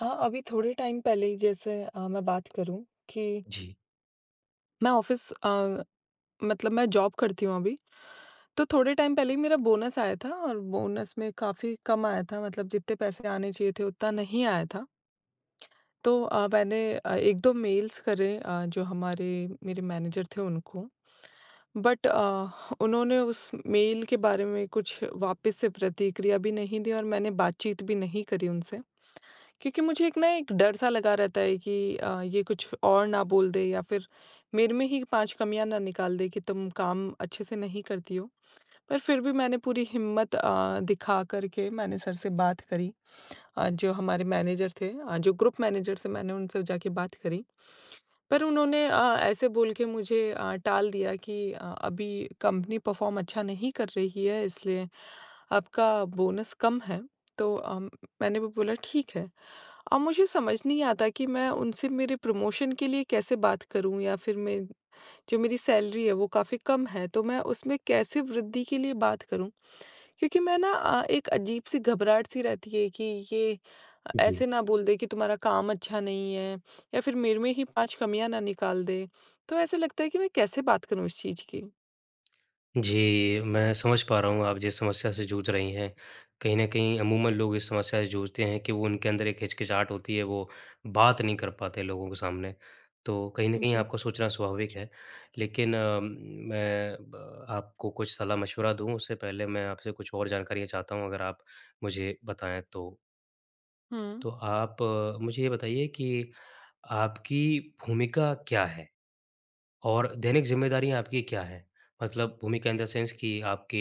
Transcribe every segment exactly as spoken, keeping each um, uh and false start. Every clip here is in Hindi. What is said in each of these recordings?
हाँ, अभी थोड़े टाइम पहले ही जैसे अ, मैं बात करूँ कि जी, मैं ऑफ़िस अ, मतलब मैं जॉब करती हूँ अभी। तो थोड़े टाइम पहले ही मेरा बोनस आया था और बोनस में काफ़ी कम आया था मतलब जितने पैसे आने चाहिए थे उतना नहीं आया था। तो अ, मैंने अ, एक दो मेल्स करे अ, जो हमारे मेरे मैनेजर थे उनको। बट अ, उन्होंने उस मेल के बारे में कुछ वापस से प्रतिक्रिया भी नहीं दी और मैंने बातचीत भी नहीं करी उनसे। क्योंकि मुझे एक ना एक डर सा लगा रहता है कि अ, ये कुछ और ना बोल दे या फिर मेरे में ही पाँच कमियाँ ना निकाल दे कि तुम काम अच्छे से नहीं करती हो। पर फिर भी मैंने पूरी हिम्मत अ, दिखा कर के मैंने सर से बात करी, अ, जो हमारे मैनेजर थे, अ, जो ग्रुप मैनेजर थे मैंने उनसे जाके बात करी। पर उन्होंने अ, ऐसे बोल के मुझे अ, टाल दिया कि अ, अभी कंपनी परफ़ॉर्म अच्छा नहीं कर रही है इसलिए आपका बोनस कम है। तो अम, मैंने भी बोला ठीक है। अब मुझे समझ नहीं आता कि मैं उनसे मेरे प्रमोशन के लिए कैसे बात करूं या फिर मैं जो मेरी सैलरी है वो काफ़ी कम है तो मैं उसमें कैसे वृद्धि के लिए बात करूं, क्योंकि मैं ना अ, एक अजीब सी घबराहट सी रहती है कि ये जी। ऐसे ना बोल दे कि तुम्हारा काम अच्छा नहीं है या फिर मेरे में ही पांच कमियां ना निकाल दे। तो ऐसे लगता है कि मैं कैसे बात करूं इस चीज़ की। जी, मैं समझ पा रहा हूँ आप जिस समस्या से जूझ रही हैं। कहीं न कहीं अमूमन लोग इस समस्या से जूझते हैं कि वो उनके अंदर एक हिचकिचाहट होती है, वो बात नहीं कर पाते लोगों के सामने। तो कहीं न कहीं जी। आपका सोचना स्वाभाविक है। लेकिन अ, मैं ब आपको कुछ सलाह-मशवरा दूँ उससे पहले मैं आपसे कुछ और जानकारियाँ चाहता हूँ अगर आप मुझे बताएँ तो। हम्म। तो आप अ, मुझे ये बताइए कि आपकी भूमिका क्या है? और दैनिक ज़िम्मेदारियाँ आपकी क्या हैं? मतलब भूमिका इन द सेंस कि आपके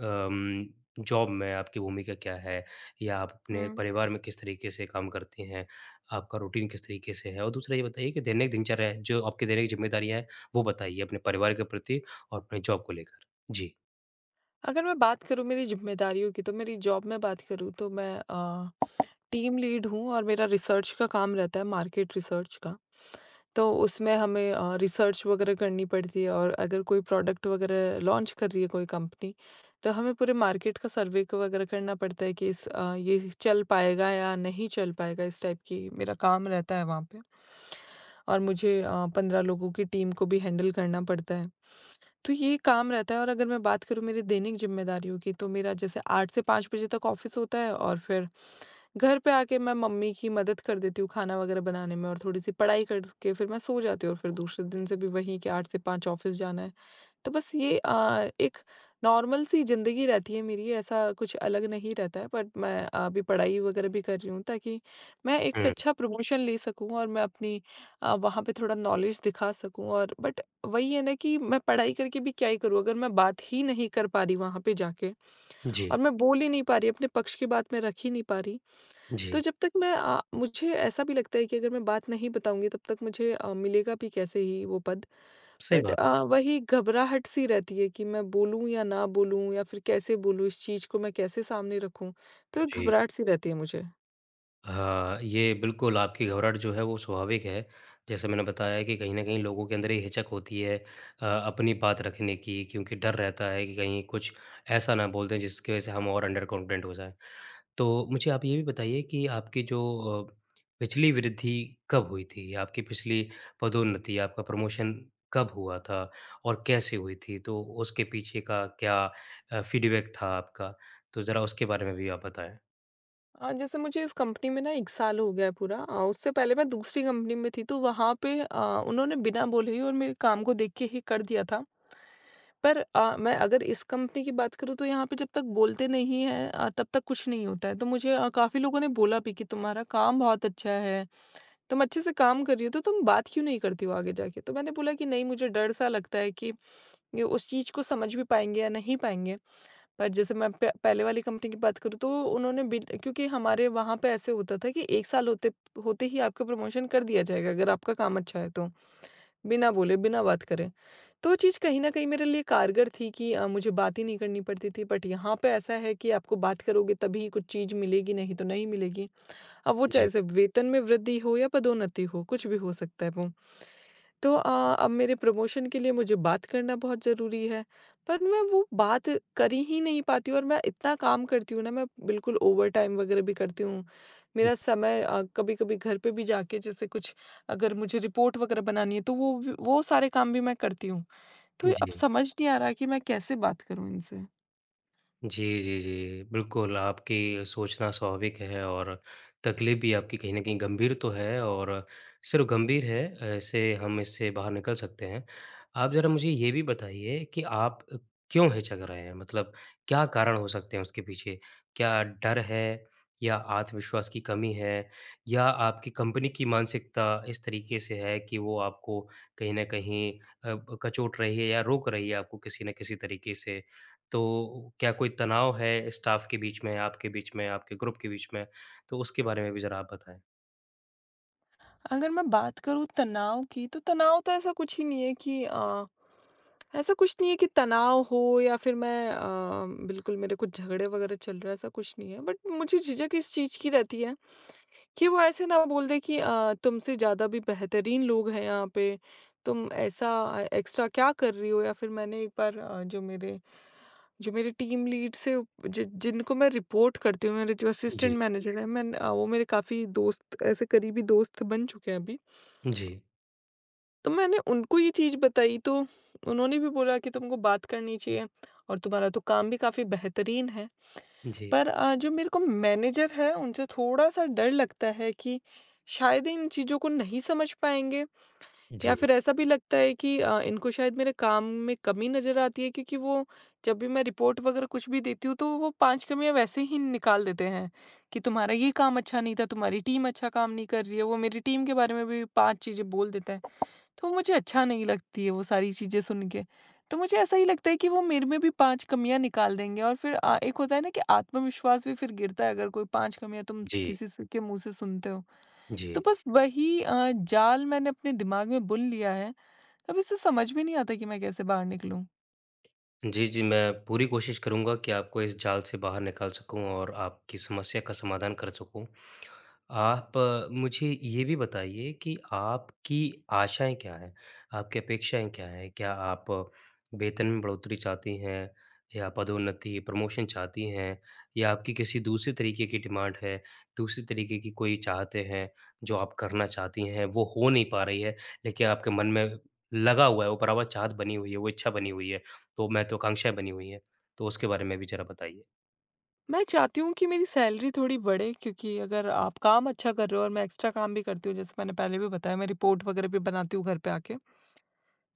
अम, जॉब में आपकी भूमिका क्या है? या आप अपने हम्म। परिवार में किस तरीके से काम करती हैं? आपका रूटीन किस तरीके से है? और दूसरा ये बताइए कि दैनिक दिनचर्या है, जो आपकी दैनिक ज़िम्मेदारियाँ हैं, वो बताइए अपने परिवार के प्रति और अपने जॉब को लेकर? जी। अगर मैं बात करूं मेरी जिम्मेदारियों की तो मेरी जॉब में बात करूं तो मैं टीम लीड हूँ और मेरा रिसर्च का काम रहता है, मार्केट रिसर्च का। तो उसमें हमें अ, रिसर्च वगैरह करनी पड़ती है और अगर कोई प्रोडक्ट वगैरह लॉन्च कर रही है कोई कंपनी, तो हमें पूरे मार्केट का सर्वे क वगैरह करना पड़ता है कि इस अ, ये चल पाएगा या नहीं चल पाएगा, इस टाइप की मेरा काम रहता है वहाँ पे। और मुझे अ, पंद्रह लोगों की टीम को भी हैंडल करना पड़ता है। तो ये काम रहता है और अगर मैं बात करूँ मेरी दैनिक जिम्मेदारियों की, तो मेरा जैसे आठ से पाँच बजे तक ऑफ़िस होता है और फिर घर पे आके मैं मम्मी की मदद कर देती हूँ खाना वगैरह बनाने में और थोड़ी-सी पढ़ाई करके फिर मैं सो जाती हूँ और फिर दूसरे दिन से भी वही कि आठ से पाँच ऑफ़िस जाना है। तो बस ये अ, एक नॉर्मल सी ज़िंदगी रहती है मेरी, ऐसा कुछ अलग नहीं रहता है। बट मैं आ, अभी पढ़ाई वगैरह भी कर रही हूँ ताकि मैं एक हुँ। अच्छा प्रमोशन ले सकूँ और मैं अपनी अ, वहाँ पे थोड़ा नॉलेज दिखा सकूँ। और बट वही है ना कि मैं पढ़ाई करके भी क्या ही करूँ? अगर मैं बात ही नहीं कर पा रही वहाँ पे जाके जी। और मैं बोल ही नहीं पा रही, अपने पक्ष की बात मैं रख ही नहीं पा रही, तो जी। जब तक मैं अ, मुझे ऐसा भी लगता है कि अगर मैं बात नहीं बताऊँगी तब तक मुझे अ, मिलेगा भी कैसे ही वो पद। सही बट बात है। अ, वही घबराहट सी रहती है कि मैं बोलूँ या ना बोलूँ या फिर कैसे बोलूँ, इस चीज़ को मैं कैसे सामने रखूँ? तो एक जी। घबराहट सी रहती है मुझे। हाँ, ये बिल्कुल आपकी घबराहट जो है वो स्वाभाविक है। जैसे मैंने बताया कि कहीं न कहीं लोगों के अंदर ये हिचक होती है अ, अपनी बात रखने की क्योंकि डर रहता है कि कहीं कुछ ऐसा ना बोल दें जिसकी वजह से हम और अंडर कॉन्फिडेंट हो जाएँ। तो मुझे आप ये भी बताइए कि आपकी जो अ, पिछली वृद्धि कब हुई थी? आपकी पिछली पदोन्नति, आपका प्रमोशन कब हुआ था और कैसे हुई थी? तो उसके पीछे का क्या अ, फीडबैक था आपका? तो ज़रा उसके बारे में भी आप बताएँ। अ, जैसे मुझे इस कंपनी में ना एक साल हो गया है पूरा, अ, उससे पहले मैं दूसरी कंपनी में थी तो वहाँ पे अ, उन्होंने बिना बोले ही और मेरे काम को देख के ही कर दिया था। पर अ, मैं अगर इस कंपनी की बात करूँ तो यहाँ पे जब तक बोलते नहीं हैं अ, तब तक कुछ नहीं होता है। तो मुझे अ, काफ़ी लोगों ने बोला भी कि तुम्हारा काम बहुत अच्छा है, तुम अच्छे से काम कर रही हो तो तुम बात क्यों नहीं करती हो आगे जाके? तो मैंने बोला कि नहीं मुझे डर सा लगता है कि ये उस चीज़ को समझ भी पाएँगे या नहीं पाएँगे। पर जैसे मैं प पहले वाली कंपनी की बात करूँ तो उन्होंने बिल क्योंकि हमारे वहाँ पे ऐसे होता था कि एक साल होते होते ही आपका प्रमोशन कर दिया जाएगा अगर आपका काम अच्छा है तो। बिना बोले, बिना बात करे। तो वो चीज़ कहीं न कहीं मेरे लिए कारगर थी कि अ, मुझे बात ही नहीं करनी पड़ती थी, बट यहाँ पे ऐसा है कि आपको बात करोगे तभी कुछ चीज़ मिलेगी, नहीं तो नहीं मिलेगी। अब वो चाहे जी। सिर्फ़ वेतन में वृद्धि हो या पदोन्नति हो, कुछ भी हो सकता है वो। तो अ, अब मेरे प्रमोशन के लिए मुझे बात करना बहुत ज़रूरी है, पर मैं वो बात कर ही नहीं पाती हूँ और मैं इतना काम करती हूँ ना, मैं बिल्कुल ओवरटाइम वगैरह भी करती हूँ। मेरा समय अ, कभी-कभी घर पे भी जाके जैसे कुछ अगर मुझे रिपोर्ट वगैरह बनानी है, तो वो भी- वो सारे काम भी मैं करती हूँ। तो अब जी। समझ नहीं आ रहा कि मैं कैसे बात करूँ इनसे? जी, जी, जी। बिल्कुल, आपकी सोचना स्वाभाविक है और तकलीफ़ भी आपकी कहीं न कहीं गंभीर तो है और सिर्फ़ गंभीर है, ऐसे हम इससे बाहर निकल सकते हैं। आप ज़रा मुझे ये भी बताइए कि आप अ, क्यों हिचक रहे हैं? मतलब क्या कारण हो सकते हैं उसके पीछे? क्या डर है या आत्मविश्वास की कमी है या आपकी कंपनी की मानसिकता इस तरीके से है कि वो आपको कहीं न कहीं अ, ब कचोट रही है या रोक रही है आपको किसी न किसी तरीके से? तो क्या कोई तनाव है स्टाफ के बीच में, आपके बीच में, आपके ग्रुप के बीच में? तो उसके बारे में भी ज़रा आप बताएँ। अगर मैं बात करूँ तनाव की, तो तनाव तो ऐसा कुछ ही नहीं है कि अ, ऐसा कुछ नहीं है कि तनाव हो या फिर मैं अ, बिल्कुल मेरे कुछ झगड़े वगैरह चल रहे हैं, ऐसा कुछ नहीं है। बट मुझे झिझक इस चीज़ की रहती है कि वो ऐसे ना बोल दे कि अ, तुमसे ज़्यादा भी बेहतरीन लोग हैं यहाँ पे, तुम ऐसा अ, एक्स्ट्रा क्या कर रही हो? या फिर मैंने एक बार अ, जो मेरे जो मेरे टीम लीड से, जि जिनको मैं रिपोर्ट करती हूँ, मेरे जो जी। असिस्टेंट मैनेजर हैं, मैं अ, वो मेरे काफ़ी दोस्त ऐसे करीबी दोस्त बन चुके हैं अभी। जी, तो मैंने उनको ये चीज़ बताई तो उन्होंने भी बोला कि तुमको बात करनी चाहिए और तुम्हारा तो काम भी काफ़ी बेहतरीन है। जी, पर अ, जो मेरे को मैनेजर है उनसे थोड़ा-सा डर लगता है कि शायद इन चीज़ों को नहीं समझ पाएँगे या जी, फिर ऐसा भी लगता है कि अ, इनको शायद मेरे काम में कमी नज़र आती है क्योंकि वो जब भी मैं रिपोर्ट वग़ैरह कुछ भी देती हूँ तो वो पाँच कमियाँ वैसे ही निकाल देते हैं कि तुम्हारा ये काम अच्छा नहीं था, तुम्हारी टीम अच्छा काम नहीं कर रही है। वो मेरी टीम के बारे में भी पाँच चीज़ें बोल देते हैं। तो मुझे अच्छा नहीं लगती है वो सारी चीज़ें सुन के। तो मुझे ऐसा ही लगता है कि वो मेरे में भी पाँच कमियाँ निकाल देंगे और फिर अ, एक होता है ना कि आत्मविश्वास भी फिर गिरता है अगर कोई पाँच कमियाँ तुम जी, किसी से के मुँह से सुनते हो। तो जी। बस वही अ, जाल मैंने अपने दिमाग में बुन लिया है, अब इससे समझ में नहीं आता कि मैं कैसे बाहर निकलूँ? जी, जी, मैं पूरी कोशिश करूँगा कि आपको इस जाल से बाहर निकाल सकूँ और आपकी समस्या का समाधान कर सकूँ। आप अ, मुझे ये भी बताइए कि आपकी आशाएँ क्या हैं? आपकी अपेक्षाएँ क्या हैं? क्या आप अ, वेतन में बढ़ोतरी चाहती हैं या पदोन्नति, प्रमोशन चाहती हैं या आपकी किसी दूसरे तरीके की डिमांड है, दूसरे तरीके की कोई चाहते हैं, जो आप करना चाहती हैं, वो हो नहीं पा रही है, लेकिन आपके मन में लगा हुआ है, वो बराबर चाहत बनी हुई है, वो इच्छा बनी हुई है, वो महत्वाकांक्षाएँ बनी हुई हैं। तो उसके बारे में भी ज़रा बताइए। मैं चाहती हूँ कि मेरी सैलरी थोड़ी बढ़े क्योंकि अगर आप काम अच्छा कर रहे हो और मैं एक्स्ट्रा काम भी करती हूँ, जैसे मैंने पहले भी बताया मैं रिपोर्ट वगैरह भी बनाती हूँ घर पे आके।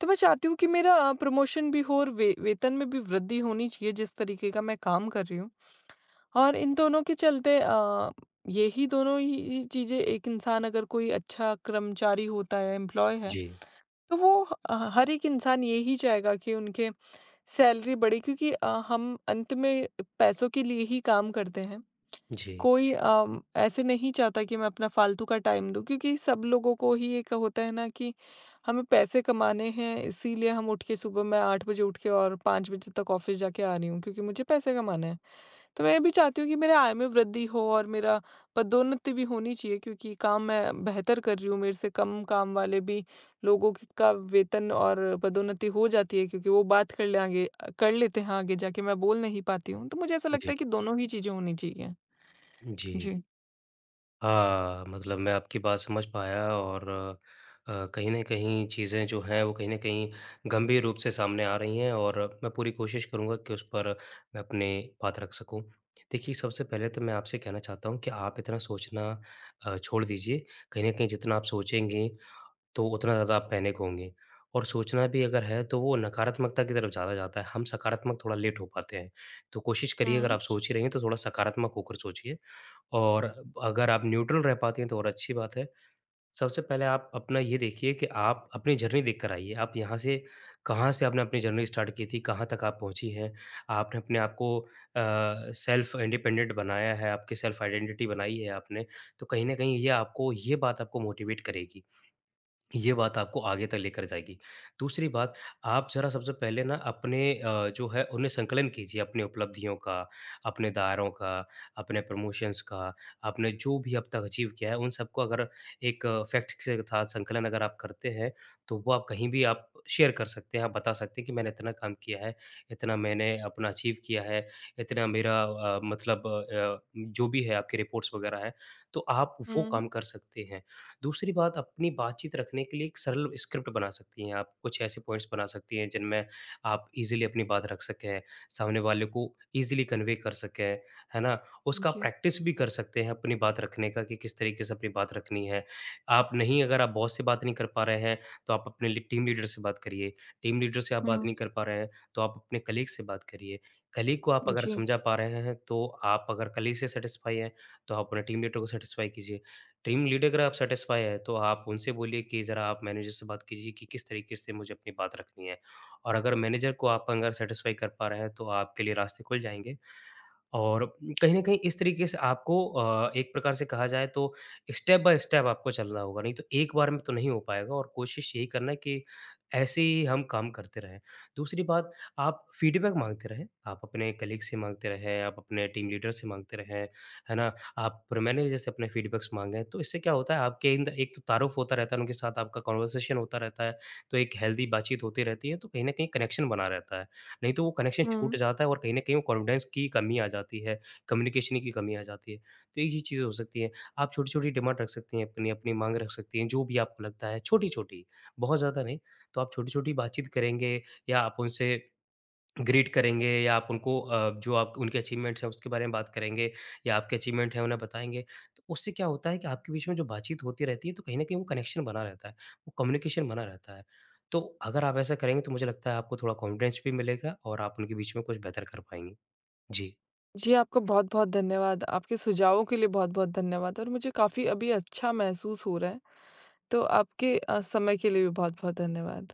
तो मैं चाहती हूँ कि मेरा अ, प्रमोशन भी हो और वे वेतन में भी वृद्धि होनी चाहिए जिस तरीके का मैं काम कर रही हूँ। और इन दोनों के चलते अ, यही दोनों ही ही चीज़ें, एक इंसान अगर कोई अच्छा कर्मचारी होता है, एम्प्लॉयी है, जी, तो वो अ, हर एक इंसान यही चाहेगा कि उनके सैलरी बढ़े क्योंकि अ, हम अंत में पैसों के लिए ही काम करते हैं। जी, कोई अम, ऐसे नहीं चाहता कि मैं अपना फालतू का टाइम दूँ क्योंकि सब लोगों को ही एक होता है ना कि हमें पैसे कमाने हैं, इसीलिए हम उठ के सुबह मैं आठ बजे उठ के और पाँच बजे तक ऑफिस जाके आ रही हूँ क्योंकि मुझे पैसे कमाने हैं। तो मैं ये भी चाहती हूँ कि मेरे आय में वृद्धि हो और मेरा पदोन्नति भी होनी चाहिए क्योंकि काम मैं बेहतर कर रही हूँ, मेरे से कम काम वाले भी लोगों की का वेतन और पदोन्नति हो जाती है क्योंकि वो बात कर ले आगे कर लेते हैं आगे जाके, मैं बोल नहीं पाती हूँ। तो मुझे ऐसा लगता जी, है कि दोनों ही चीज़ें होनी चाहिए। जी। जी। हाँ, मतलब मैं आपकी बात समझ पाया और अ, कहीं न कहीं चीज़ें जो हैं वो कहीं न कहीं गंभीर रूप से सामने आ रही हैं और मैं पूरी कोशिश करूँगा कि उस पर मैं अपनी बात रख सकूँ। देखिए, सबसे पहले तो मैं आपसे कहना चाहता हूँ कि आप इतना सोचना अ, छोड़ दीजिए। कहीं न कहीं जितना आप सोचेंगी तो उतना ज़्यादा आप पैनिक होंगी और सोचना भी अगर है तो वो नकारात्मकता की तरफ ज़्यादा जाता है। हम सकारात्मक थोड़ा लेट हो पाते हैं। तो कोशिश करिए अगर हुँ। आप सोच ही रही हैं तो थोड़ा सकारात्मक होकर सोचिए। और अगर आप न्यूट्रल रह पाती हैं तो और अच्छी बात है। सबसे पहले आप अपना ये देखिए कि आप अपनी जर्नी देख कर आइए। आप यहाँ से कहाँ से आपने अपनी जर्नी स्टार्ट की थी, कहाँ तक आप पहुँची हैं। आपने अपने आप को अ, सेल्फ इंडिपेंडेंट बनाया है, आपकी सेल्फ आइडेंटिटी बनाई है आपने, तो कहीं न कहीं ये आपको ये बात आपको मोटिवेट करेगी। ये बात आपको आगे तक लेकर जाएगी। दूसरी बात, आप ज़रा सबसे पहले ना अपने अ, जो है उन्हें संकलन कीजिए अपनी उपलब्धियों का, अपने दायरों का, अपने प्रमोशंस का, आपने जो भी अब तक अचीव किया है उन सबको अगर एक फैक्ट के साथ संकलन अगर आप करते हैं, तो वो आप कहीं भी आप शेयर कर सकते हैं, आप बता सकते हैं कि मैंने इतना काम किया है, इतना मैंने अपना अचीव किया है, इतना मेरा अ, मतलब अ, जो भी है आपकी रिपोर्ट्स वग़ैरह हैं, तो आप वो हुँ। काम कर सकते हैं। दूसरी बात अपनी बातचीत रखने के लिए एक सरल स्क्रिप्ट बना सकती हैं आप, कुछ ऐसे पॉइंट्स बना सकती हैं जिनमें आप ईज़िली अपनी बात रख सकें, सामने वाले को ईज़िली कन्वे कर सकें, है ना? उसका जी। प्रैक्टिस भी कर सकते हैं अपनी बात रखने का कि किस तरीके से अपनी बात रखनी है। आप नहीं अगर आप बॉस से बात नहीं कर पा रहे हैं, तो आप अपने लि टीम लीडर से बात करिए, टीम लीडर से आप बात हुँ। नहीं कर पा रहे हैं, तो आप अपने कलीग से बात करिए, कलीग को आप अगर जी। समझा पा रहे हैं, तो आप अगर कलीग से सैटिस्फाई हैं, तो आप अपने टीम लीडर को सैटिस्फाई कीजिए। टीम लीडर अगर आप सैटिस्फाई है, तो आप उनसे बोलिए कि ज़रा आप मैनेजर से बात कीजिए कि किस तरीके से मुझे अपनी बात रखनी है। और अगर मैनेजर को आप अगर सैटिस्फाई कर पा रहे हैं, तो आपके लिए रास्ते खुल जाएँगे। और कहीं न कहीं इस तरीके से आपको अ, एक प्रकार से कहा जाए तो स्टेप बाय स्टेप आपको चलना होगा, नहीं तो एक बार में तो नहीं हो पाएगा और कोशिश यही करना है कि ऐसे ही हम काम करते रहें। दूसरी बात आप फीडबैक माँगते रहें, आप अपने कलीग से माँगते रहें, आप अपने टीम लीडर से माँगते रहें, है ना? आप मैनेजर से अपने फीडबैक्स माँगे, तो इससे क्या होता है आपके अंदर एक तो तारुफ होता रहता है, उनके साथ आपका कन्वर्सेशन होता रहता है, तो एक हेल्दी बातचीत होती रहती है, तो कहीं न कहीं कनेक्शन बना रहता है। नहीं तो वो कनेक्शन छूट हुँ। जाता है और कहीं न कहीं वो कॉन्फिडेंस की कमी आ जाती है, कम्युनिकेशन की कमी आ जाती है। तो ये चीज़ें हो सकती हैं। आप छोटी-छोटी डिमांड रख सकती हैं अपनी, अपनी माँग रख सकती हैं, जो भी आपको लगता है छोटी-छोटी, बहुत ज़्यादा नहीं। तो आप छोटी-छोटी बातचीत करेंगे या आप उनसे ग्रीट करेंगे या आप उनको अ, जो आप उनके अचीवमेंट्स हैं उसके बारे में बात करेंगे या आपके अचीवमेंट हैं उन्हें बताएँगे। तो उससे क्या होता है कि आपके बीच में जो बातचीत होती रहती है तो कहीं न कहीं वो कनेक्शन बना रहता है, वो कम्युनिकेशन बना रहता है। तो अगर आप ऐसा करेंगे तो मुझे लगता है आपको थोड़ा कॉन्फिडेंस भी मिलेगा और आप उनके बीच में कुछ बेहतर कर पाएँगे। जी। जी, आपका बहुत-बहुत धन्यवाद। आपके सुझावों के लिए बहुत-बहुत धन्यवाद और मुझे काफ़ी अभी अच्छा महसूस हो रहा है। तो आपके अ, समय के लिए भी बहुत-बहुत धन्यवाद।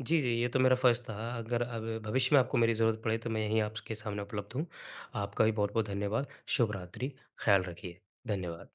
जी, जी, ये तो मेरा फ़र्ज़ था। अगर अब भविष्य में आपको मेरी ज़रूरत पड़े तो मैं यहीं आपके सामने उपलब्ध हूँ। आपका भी बहुत-बहुत धन्यवाद। शुभ रात्रि, ख़्याल रखिए। धन्यवाद।